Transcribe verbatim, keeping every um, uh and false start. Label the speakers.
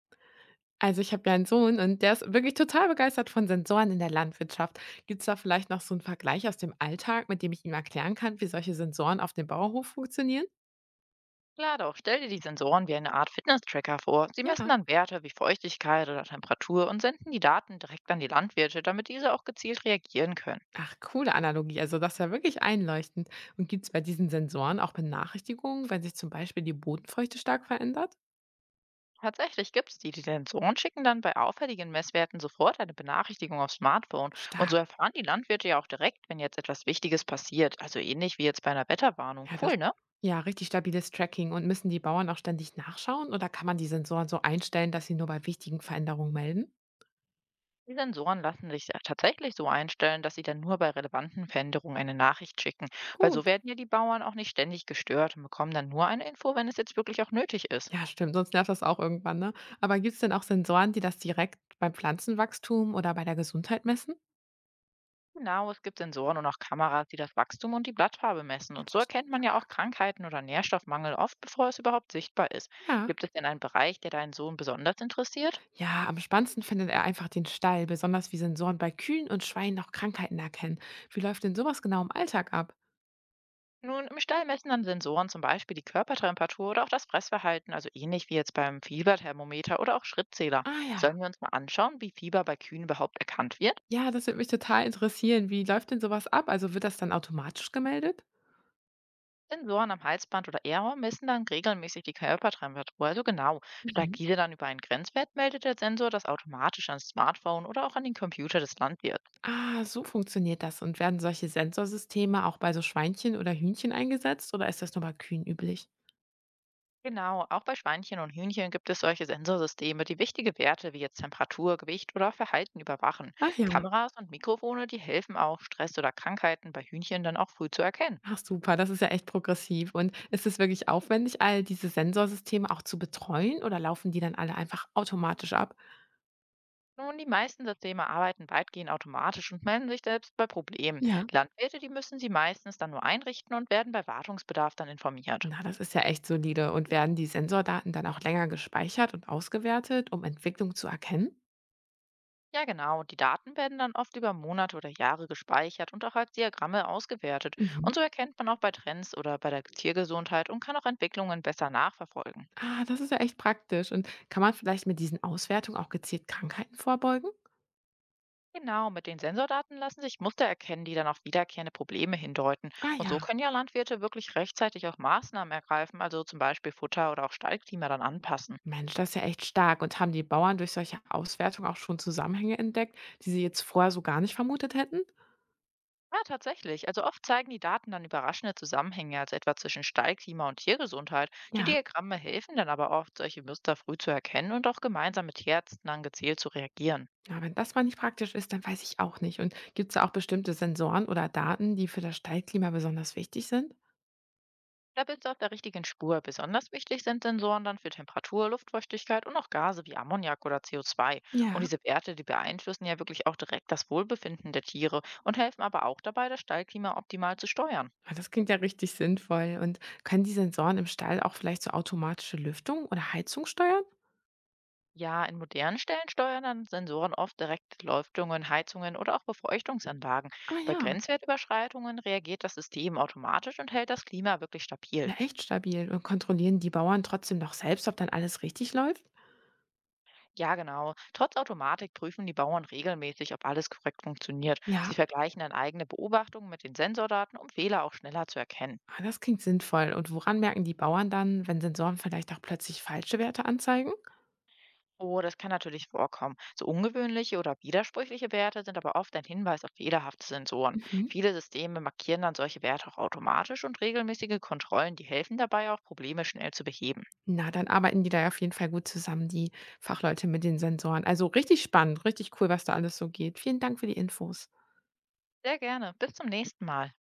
Speaker 1: Also ich habe ja einen Sohn und der ist wirklich total begeistert von Sensoren in der Landwirtschaft. Gibt es da vielleicht noch so 'n Vergleich aus dem Alltag, mit dem ich ihm erklären kann, wie solche Sensoren auf dem Bauernhof funktionieren?
Speaker 2: Klar doch, stell dir die Sensoren wie eine Art Fitness-Tracker vor. Sie messen
Speaker 1: Ja.
Speaker 2: dann Werte wie Feuchtigkeit oder Temperatur und senden die Daten direkt an die Landwirte, damit diese auch gezielt reagieren können.
Speaker 1: Ach, coole Analogie. Also das ist ja wirklich einleuchtend. Und gibt es bei diesen Sensoren auch Benachrichtigungen, wenn sich zum Beispiel die Bodenfeuchte stark verändert?
Speaker 2: Tatsächlich gibt es die, die Sensoren schicken dann bei auffälligen Messwerten sofort eine Benachrichtigung aufs Smartphone und
Speaker 1: Stark.
Speaker 2: so erfahren die Landwirte ja auch direkt, wenn jetzt etwas Wichtiges passiert, also ähnlich wie jetzt bei einer Wetterwarnung.
Speaker 1: Ja, das
Speaker 2: Cool, ne?
Speaker 1: ja, richtig stabiles Tracking. Und müssen die Bauern auch ständig nachschauen oder kann man die Sensoren so einstellen, dass sie nur bei wichtigen Veränderungen melden?
Speaker 2: Die Sensoren lassen sich ja tatsächlich so einstellen, dass sie dann nur bei relevanten Veränderungen eine Nachricht schicken,
Speaker 1: Ah,
Speaker 2: weil so
Speaker 1: gut.
Speaker 2: werden ja die Bauern auch nicht ständig gestört und bekommen dann nur eine Info, wenn es jetzt wirklich auch nötig ist.
Speaker 1: Ja, stimmt, sonst nervt das auch irgendwann, ne? Aber gibt es denn auch Sensoren, die das direkt beim Pflanzenwachstum oder bei der Gesundheit messen?
Speaker 2: Genau, es gibt Sensoren und auch Kameras, die das Wachstum und die Blattfarbe messen und so erkennt man ja auch Krankheiten oder Nährstoffmangel oft, bevor es überhaupt sichtbar ist.
Speaker 1: Ja.
Speaker 2: Gibt es denn einen Bereich, der deinen Sohn besonders interessiert?
Speaker 1: Ja, am spannendsten findet er einfach den Stall, besonders wie Sensoren bei Kühen und Schweinen auch Krankheiten erkennen. Wie läuft denn sowas genau im Alltag ab?
Speaker 2: Nun, im Stall messen dann Sensoren zum Beispiel die Körpertemperatur oder auch das Fressverhalten, also ähnlich wie jetzt beim Fieberthermometer oder auch Schrittzähler.
Speaker 1: Ah ja.
Speaker 2: Sollen wir uns mal anschauen, wie Fieber bei Kühen überhaupt erkannt wird?
Speaker 1: Ja, das würde mich total interessieren. Wie läuft denn sowas ab? Also wird das dann automatisch gemeldet?
Speaker 2: Sensoren am Halsband oder Ehrrohr messen dann regelmäßig die Körpertemperatur, also genau. Steigt
Speaker 1: Mhm.
Speaker 2: diese dann über einen Grenzwert, meldet der Sensor das automatisch ans Smartphone oder auch an den Computer des Landwirts.
Speaker 1: Ah, so funktioniert das. Und werden solche Sensorsysteme auch bei so Schweinchen oder Hühnchen eingesetzt oder ist das nur bei Kühen üblich?
Speaker 2: Genau, auch bei Schweinchen und Hühnchen gibt es solche Sensorsysteme, die wichtige Werte wie jetzt Temperatur, Gewicht oder Verhalten überwachen.
Speaker 1: Ach ja.
Speaker 2: Kameras und Mikrofone, die helfen auch, Stress oder Krankheiten bei Hühnchen dann auch früh zu erkennen.
Speaker 1: Ach super, das ist ja echt progressiv. Und ist es wirklich aufwendig, all diese Sensorsysteme auch zu betreuen oder laufen die dann alle einfach automatisch ab?
Speaker 2: Nun, die meisten Systeme arbeiten weitgehend automatisch und melden sich selbst bei Problemen.
Speaker 1: Ja.
Speaker 2: Landwirte, die müssen sie meistens dann nur einrichten und werden bei Wartungsbedarf dann informiert.
Speaker 1: Na, das ist ja echt solide. Und werden die Sensordaten dann auch länger gespeichert und ausgewertet, um Entwicklung zu erkennen?
Speaker 2: Ja, genau. Die Daten werden dann oft über Monate oder Jahre gespeichert und auch als Diagramme ausgewertet.
Speaker 1: Mhm.
Speaker 2: Und so erkennt man auch bei Trends oder bei der Tiergesundheit und kann auch Entwicklungen besser nachverfolgen.
Speaker 1: Ah, das ist ja echt praktisch. Und kann man vielleicht mit diesen Auswertungen auch gezielt Krankheiten vorbeugen?
Speaker 2: Genau, mit den Sensordaten lassen sich Muster erkennen, die dann auf wiederkehrende Probleme hindeuten.
Speaker 1: Ah
Speaker 2: Und so
Speaker 1: ja.
Speaker 2: können ja Landwirte wirklich rechtzeitig auch Maßnahmen ergreifen, also zum Beispiel Futter oder auch Stallklima dann anpassen.
Speaker 1: Mensch, das ist ja echt stark. Und haben die Bauern durch solche Auswertungen auch schon Zusammenhänge entdeckt, die sie jetzt vorher so gar nicht vermutet hätten?
Speaker 2: Ja, tatsächlich. Also oft zeigen die Daten dann überraschende Zusammenhänge, also etwa zwischen Stallklima und Tiergesundheit. Die
Speaker 1: Ja,
Speaker 2: Diagramme helfen dann aber oft, solche Muster früh zu erkennen und auch gemeinsam mit Tierärzten dann gezielt zu reagieren.
Speaker 1: ja, wenn das mal nicht praktisch ist, dann weiß ich auch nicht. Und gibt es da auch bestimmte Sensoren oder Daten, die für das Stallklima besonders wichtig sind?
Speaker 2: Da bist du auf der richtigen Spur. Besonders wichtig sind Sensoren dann für Temperatur, Luftfeuchtigkeit und auch Gase wie Ammoniak oder C O zwei. Und
Speaker 1: Ja.
Speaker 2: diese Werte, die beeinflussen ja wirklich auch direkt das Wohlbefinden der Tiere und helfen aber auch dabei, das Stallklima optimal zu steuern.
Speaker 1: Ah, das klingt ja richtig sinnvoll. Und können die Sensoren im Stall auch vielleicht so automatische Lüftung oder Heizung steuern?
Speaker 2: Ja, in modernen Stellen steuern dann Sensoren oft direkt Lüftungen, Heizungen oder auch Befeuchtungsanlagen.
Speaker 1: Ah
Speaker 2: Bei
Speaker 1: ja,
Speaker 2: Grenzwertüberschreitungen reagiert das System automatisch und hält das Klima wirklich stabil.
Speaker 1: ja, echt stabil. Und kontrollieren die Bauern trotzdem noch selbst, ob dann alles richtig läuft?
Speaker 2: Ja, genau. Trotz Automatik prüfen die Bauern regelmäßig, ob alles korrekt funktioniert. Sie
Speaker 1: Ja,
Speaker 2: vergleichen dann eigene Beobachtungen mit den Sensordaten, um Fehler auch schneller zu erkennen.
Speaker 1: ah, das klingt sinnvoll. Und woran merken die Bauern dann, wenn Sensoren vielleicht auch plötzlich falsche Werte anzeigen?
Speaker 2: Oh, das kann natürlich vorkommen. So ungewöhnliche oder widersprüchliche Werte sind aber oft ein Hinweis auf fehlerhafte Sensoren.
Speaker 1: Mhm.
Speaker 2: Viele Systeme markieren dann solche Werte auch automatisch und regelmäßige Kontrollen, die helfen dabei auch, Probleme schnell zu beheben.
Speaker 1: Na, dann arbeiten die da ja auf jeden Fall gut zusammen, die Fachleute mit den Sensoren. Also richtig spannend, richtig cool, was da alles so geht. Vielen Dank für die Infos.
Speaker 2: Sehr gerne. Bis zum nächsten Mal.